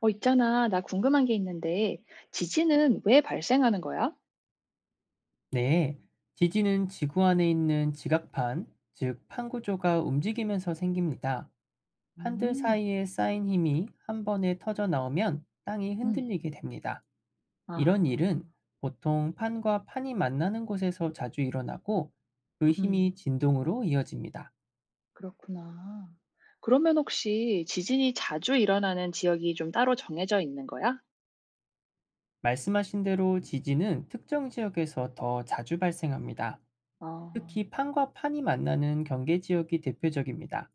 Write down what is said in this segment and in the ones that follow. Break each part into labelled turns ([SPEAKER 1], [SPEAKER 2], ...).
[SPEAKER 1] 있잖아. 나 궁금한 게 있는데, 지진은 왜 발생하는 거야?
[SPEAKER 2] 네, 지진은 지구 안에 있는 지각판, 즉 판구조가 움직이면서 생깁니다. 판들
[SPEAKER 1] 음,
[SPEAKER 2] 사이에 쌓인 힘이 한 번에 터져 나오면 땅이
[SPEAKER 1] 음.
[SPEAKER 2] 흔들리게 됩니다. 이런
[SPEAKER 1] 아,
[SPEAKER 2] 일은 보통 판과 판이 만나는 곳에서 자주 일어나고 그 힘이
[SPEAKER 1] 음,
[SPEAKER 2] 진동으로 이어집니다.
[SPEAKER 1] 그렇구나. 그러면 혹시 지진이 자주 일어나는 지역이 좀 따로 정해져 있는 거야?
[SPEAKER 2] 말씀하신 대로 지진은 특정 지역에서 더 자주 발생합니다.
[SPEAKER 1] 아,
[SPEAKER 2] 특히 판과 판이 만나는 경계 지역이 대표적입니다.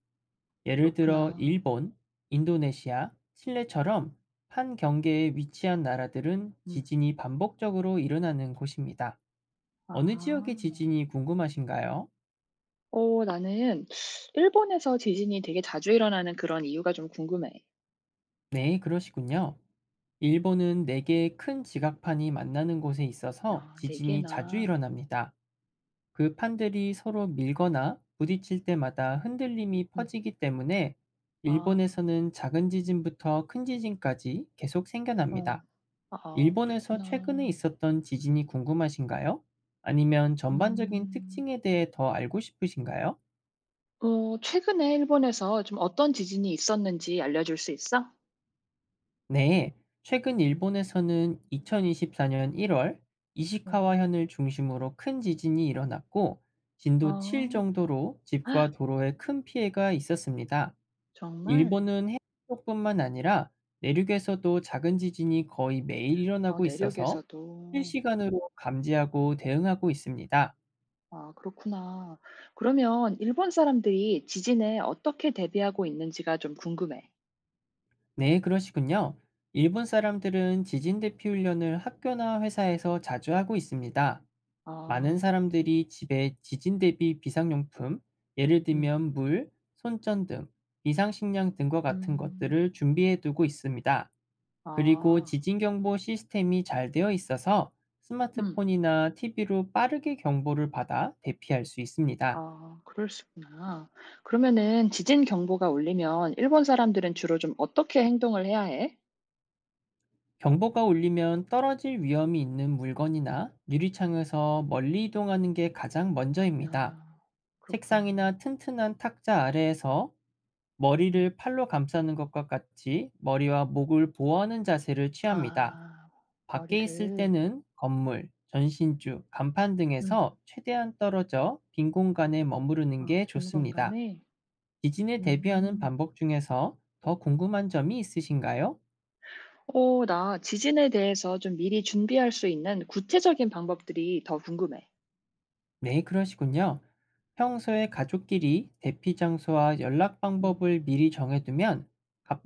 [SPEAKER 2] 예를 들어
[SPEAKER 1] 그렇구나.
[SPEAKER 2] 일본, 인도네시아, 칠레처럼 판경계에 위치한 나라들은
[SPEAKER 1] 음.
[SPEAKER 2] 지진이 반복적으로 일어나는 곳입니다. 어느
[SPEAKER 1] 아,
[SPEAKER 2] 지역의 지진이 궁금하신가요?
[SPEAKER 1] 나는 일본에서 지진이 되게 자주 일어나는 그런 이유가 좀 궁금해.
[SPEAKER 2] 네, 그러시군요. 일본은 4개의 큰 지각판이 만나는 곳에 있어서
[SPEAKER 1] 아, 네
[SPEAKER 2] 지진이 자주
[SPEAKER 1] 개나.
[SPEAKER 2] 일어납니다. 그 판들이 서로 밀거나 부딪힐 때마다 흔들림이
[SPEAKER 1] 음.
[SPEAKER 2] 퍼지기 때문에
[SPEAKER 1] 아,
[SPEAKER 2] 일본에서는 작은 지진부터 큰 지진까지 계속
[SPEAKER 1] 어,
[SPEAKER 2] 생겨납니다.
[SPEAKER 1] 아,
[SPEAKER 2] 일본에서 최근에
[SPEAKER 1] 그렇구나.
[SPEAKER 2] 있었던 지진이 궁금하신가요? 아니면 전반적인
[SPEAKER 1] 음.
[SPEAKER 2] 특징에 대해 더 알고 싶으신가요?
[SPEAKER 1] 최근에 일본에서 좀 어떤 지진이 있었는지 알려줄 수 있어?
[SPEAKER 2] 네, 최근 일본에서는 2024년 1월
[SPEAKER 1] 음.
[SPEAKER 2] 이시카와현을 중심으로 큰 지진이 일어났고 진도 7
[SPEAKER 1] 아.
[SPEAKER 2] 정도로 집과 도로에 큰 피해가 있었습니다.
[SPEAKER 1] 정말?
[SPEAKER 2] 일본은 해안 쪽뿐만 아니라 내륙에서도 작은 지진이 거의 매일
[SPEAKER 1] 아,
[SPEAKER 2] 일어나고 있어서
[SPEAKER 1] 내륙에서도.
[SPEAKER 2] 실시간으로 감지하고 대응하고 있습니다.
[SPEAKER 1] 아, 그렇구나. 그러면 일본 사람들이 지진에 어떻게 대비하고 있는지가 좀 궁금해.
[SPEAKER 2] 네, 그러시군요. 일본 사람들은 지진 대피 훈련을 학교나 회사에서 자주 하고 있습니다. 많은
[SPEAKER 1] 아.
[SPEAKER 2] 사람들이 집에 지진 대비 비상용품, 예를
[SPEAKER 1] 음.
[SPEAKER 2] 들면 물, 손전등, 비상식량 등과 같은
[SPEAKER 1] 음.
[SPEAKER 2] 것들을 준비해 두고 있습니다. 그리고
[SPEAKER 1] 아.
[SPEAKER 2] 지진 경보 시스템이 잘 되어 있어서
[SPEAKER 1] 음.
[SPEAKER 2] 스마트폰이나 TV로 빠르게 경보를 받아 대피할 수
[SPEAKER 1] 아,
[SPEAKER 2] 있습니다.
[SPEAKER 1] 그럴수구나. 그러면은 지진 경보가 울리면 일본 사람들은 주로 좀 어떻게 행동을 해야 해?
[SPEAKER 2] 경보가 울리면 떨어질 위험이 있는 물건이나 유리창에서 멀리 이동하는 게 가장 먼저입니다.
[SPEAKER 1] 아,
[SPEAKER 2] 책상이나
[SPEAKER 1] 그렇구나.
[SPEAKER 2] 튼튼한 탁자 아래에서
[SPEAKER 1] 음.
[SPEAKER 2] 머리를 팔로 감싸는 것과 같이 머리와 목을 보호하는 자세를 취합니다.
[SPEAKER 1] 아.
[SPEAKER 2] 밖에 있을
[SPEAKER 1] 머리를.
[SPEAKER 2] 때는 건물, 전신주, 간판
[SPEAKER 1] 음.
[SPEAKER 2] 등에서 최대한 떨어져 빈 공간에 머무르는
[SPEAKER 1] 아,
[SPEAKER 2] 게
[SPEAKER 1] 빈
[SPEAKER 2] 좋습니다.
[SPEAKER 1] 공간에.
[SPEAKER 2] 지진에 대비하는
[SPEAKER 1] 음.
[SPEAKER 2] 방법 중에서 더 궁금한 점이 있으신가요?
[SPEAKER 1] 나 지진에 대해서 좀 미리 준비할 수 있는 구체적인 방법들이 더 궁금해.
[SPEAKER 2] 네, 그러시군요. 평소에 가족끼리 대피 장소와 연락
[SPEAKER 1] 음.
[SPEAKER 2] 방법을 미리 정해두면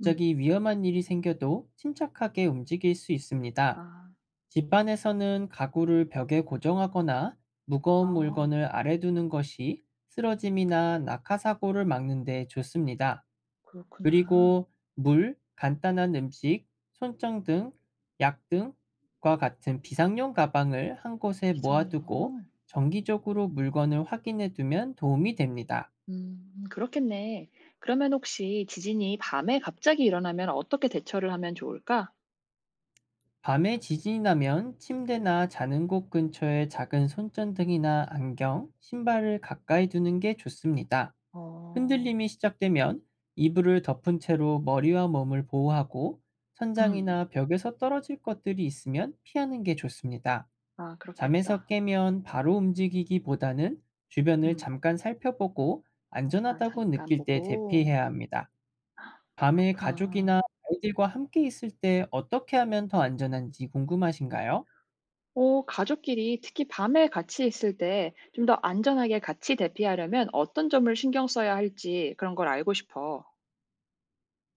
[SPEAKER 1] 음.
[SPEAKER 2] 위험한 일이 생겨도 침착하게 움직일 수 있습니다.
[SPEAKER 1] 아.
[SPEAKER 2] 집안에서는 가구를 벽에 고정하거나 무거운
[SPEAKER 1] 아,
[SPEAKER 2] 물건을 아래 두는 것이 쓰러짐이나 낙하 사고를 막는 데 좋습니다.
[SPEAKER 1] 그렇구나.
[SPEAKER 2] 그리고 물, 간단한 음식, 손정 등, 약 등과 같은 비상용 가방을 한 곳에
[SPEAKER 1] 기상
[SPEAKER 2] 모아두고
[SPEAKER 1] 용
[SPEAKER 2] 정기적으로 물건을 확인해 두면 도움이 됩니다.
[SPEAKER 1] 음, 그렇겠네. 그러면 혹시 지진이 밤에 갑자기 일어나면 어떻게 대처를 하면 좋을까?
[SPEAKER 2] 밤에 지진이 나면 침대나 자는 곳 근처에 작은 손전등이나 안경, 신발을 가까이 두는 게 좋습니다.
[SPEAKER 1] 어.
[SPEAKER 2] 흔들림이 시작되면 이불을 덮은 채로 머리와 몸을 보호하고
[SPEAKER 1] 음.
[SPEAKER 2] 천장이나 벽에서 떨어질 것들이 있으면 피하는 게 좋습니다.
[SPEAKER 1] 아,
[SPEAKER 2] 잠에서
[SPEAKER 1] 그렇겠다.
[SPEAKER 2] 깨면 바로 움직이기보다는 주변을
[SPEAKER 1] 음.
[SPEAKER 2] 잠깐 살펴보고
[SPEAKER 1] 아,
[SPEAKER 2] 안전하다고
[SPEAKER 1] 잠깐
[SPEAKER 2] 느낄 때
[SPEAKER 1] 보고.
[SPEAKER 2] 대피해야 합니다. 밤에
[SPEAKER 1] 그렇구나.
[SPEAKER 2] 가족이나 아이들과 함께 있을 때 어떻게 하면 더 안전한지 궁금하신가요?
[SPEAKER 1] 오, 가족끼리 특히 밤에 같이 있을 때 좀 더 안전하게 같이 대피하려면 어떤 점을 신경 써야 할지 그런 걸 알고 싶어.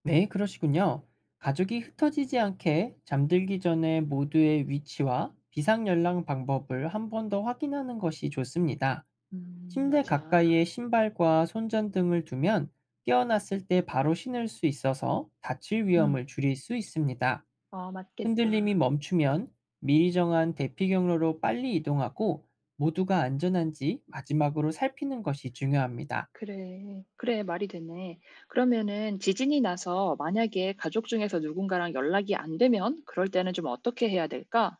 [SPEAKER 2] 네, 그러시군요. 가족이 흩어지지 않게 잠들기 전에 모두의 위치와 비상 연락 방법을 한 번 더 확인하는 것이 좋습니다.
[SPEAKER 1] 음,
[SPEAKER 2] 침대 가까이에
[SPEAKER 1] 맞아.
[SPEAKER 2] 신발과 손전 등을 두면 깨어났을 때 바로 신을 수 있어서 다칠
[SPEAKER 1] 음.
[SPEAKER 2] 위험을 줄일 수 있습니다.
[SPEAKER 1] 아,
[SPEAKER 2] 흔들림이
[SPEAKER 1] 맞겠다.
[SPEAKER 2] 멈추면 미리 정한 대피 경로로 빨리 이동하고 모두가 안전한지 마지막으로 살피는 것이 중요합니다.
[SPEAKER 1] 그래. 그래, 말이 되네. 그러면은 지진이 나서 만약에 가족 중에서 누군가랑 연락이 안 되면 그럴 때는 좀 어떻게 해야 될까?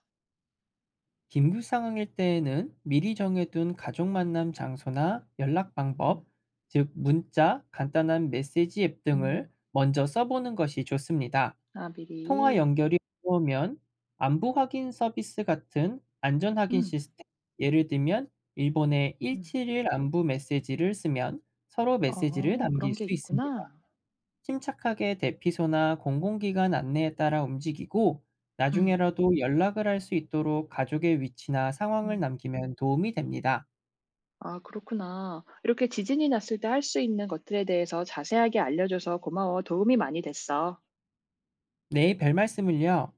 [SPEAKER 2] 긴급 상황일 때에는 미리 정해둔 가족 만남 장소나 연락
[SPEAKER 1] 음.
[SPEAKER 2] 방법, 즉 문자, 간단한 메시지 앱 등을
[SPEAKER 1] 음.
[SPEAKER 2] 먼저 써보는 것이 좋습니다.
[SPEAKER 1] 아,
[SPEAKER 2] 통화
[SPEAKER 1] 미리.
[SPEAKER 2] 연결이 어려우면 안부 확인 서비스 같은 안전 확인
[SPEAKER 1] 음.
[SPEAKER 2] 시스템, 예를 들면 일본의
[SPEAKER 1] 음.
[SPEAKER 2] 171 안부 메시지를 쓰면 서로 메시지를
[SPEAKER 1] 어, 그런
[SPEAKER 2] 남길
[SPEAKER 1] 게
[SPEAKER 2] 수 있습니다.
[SPEAKER 1] 있구나.
[SPEAKER 2] 침착하게 대피소나 공공기관 안내에 따라 움직이고
[SPEAKER 1] 음.
[SPEAKER 2] 나중에라도 연락을 할 수 있도록 가족의 위치나 상황을
[SPEAKER 1] 음.
[SPEAKER 2] 남기면 도움이 됩니다.
[SPEAKER 1] 아, 그렇구나. 이렇게 지진이 났을 때 할 수 있는 것들에 대해서 자세하게 알려줘서 고마워. 도움이 많이 됐어.
[SPEAKER 2] 네, 별 말씀을요.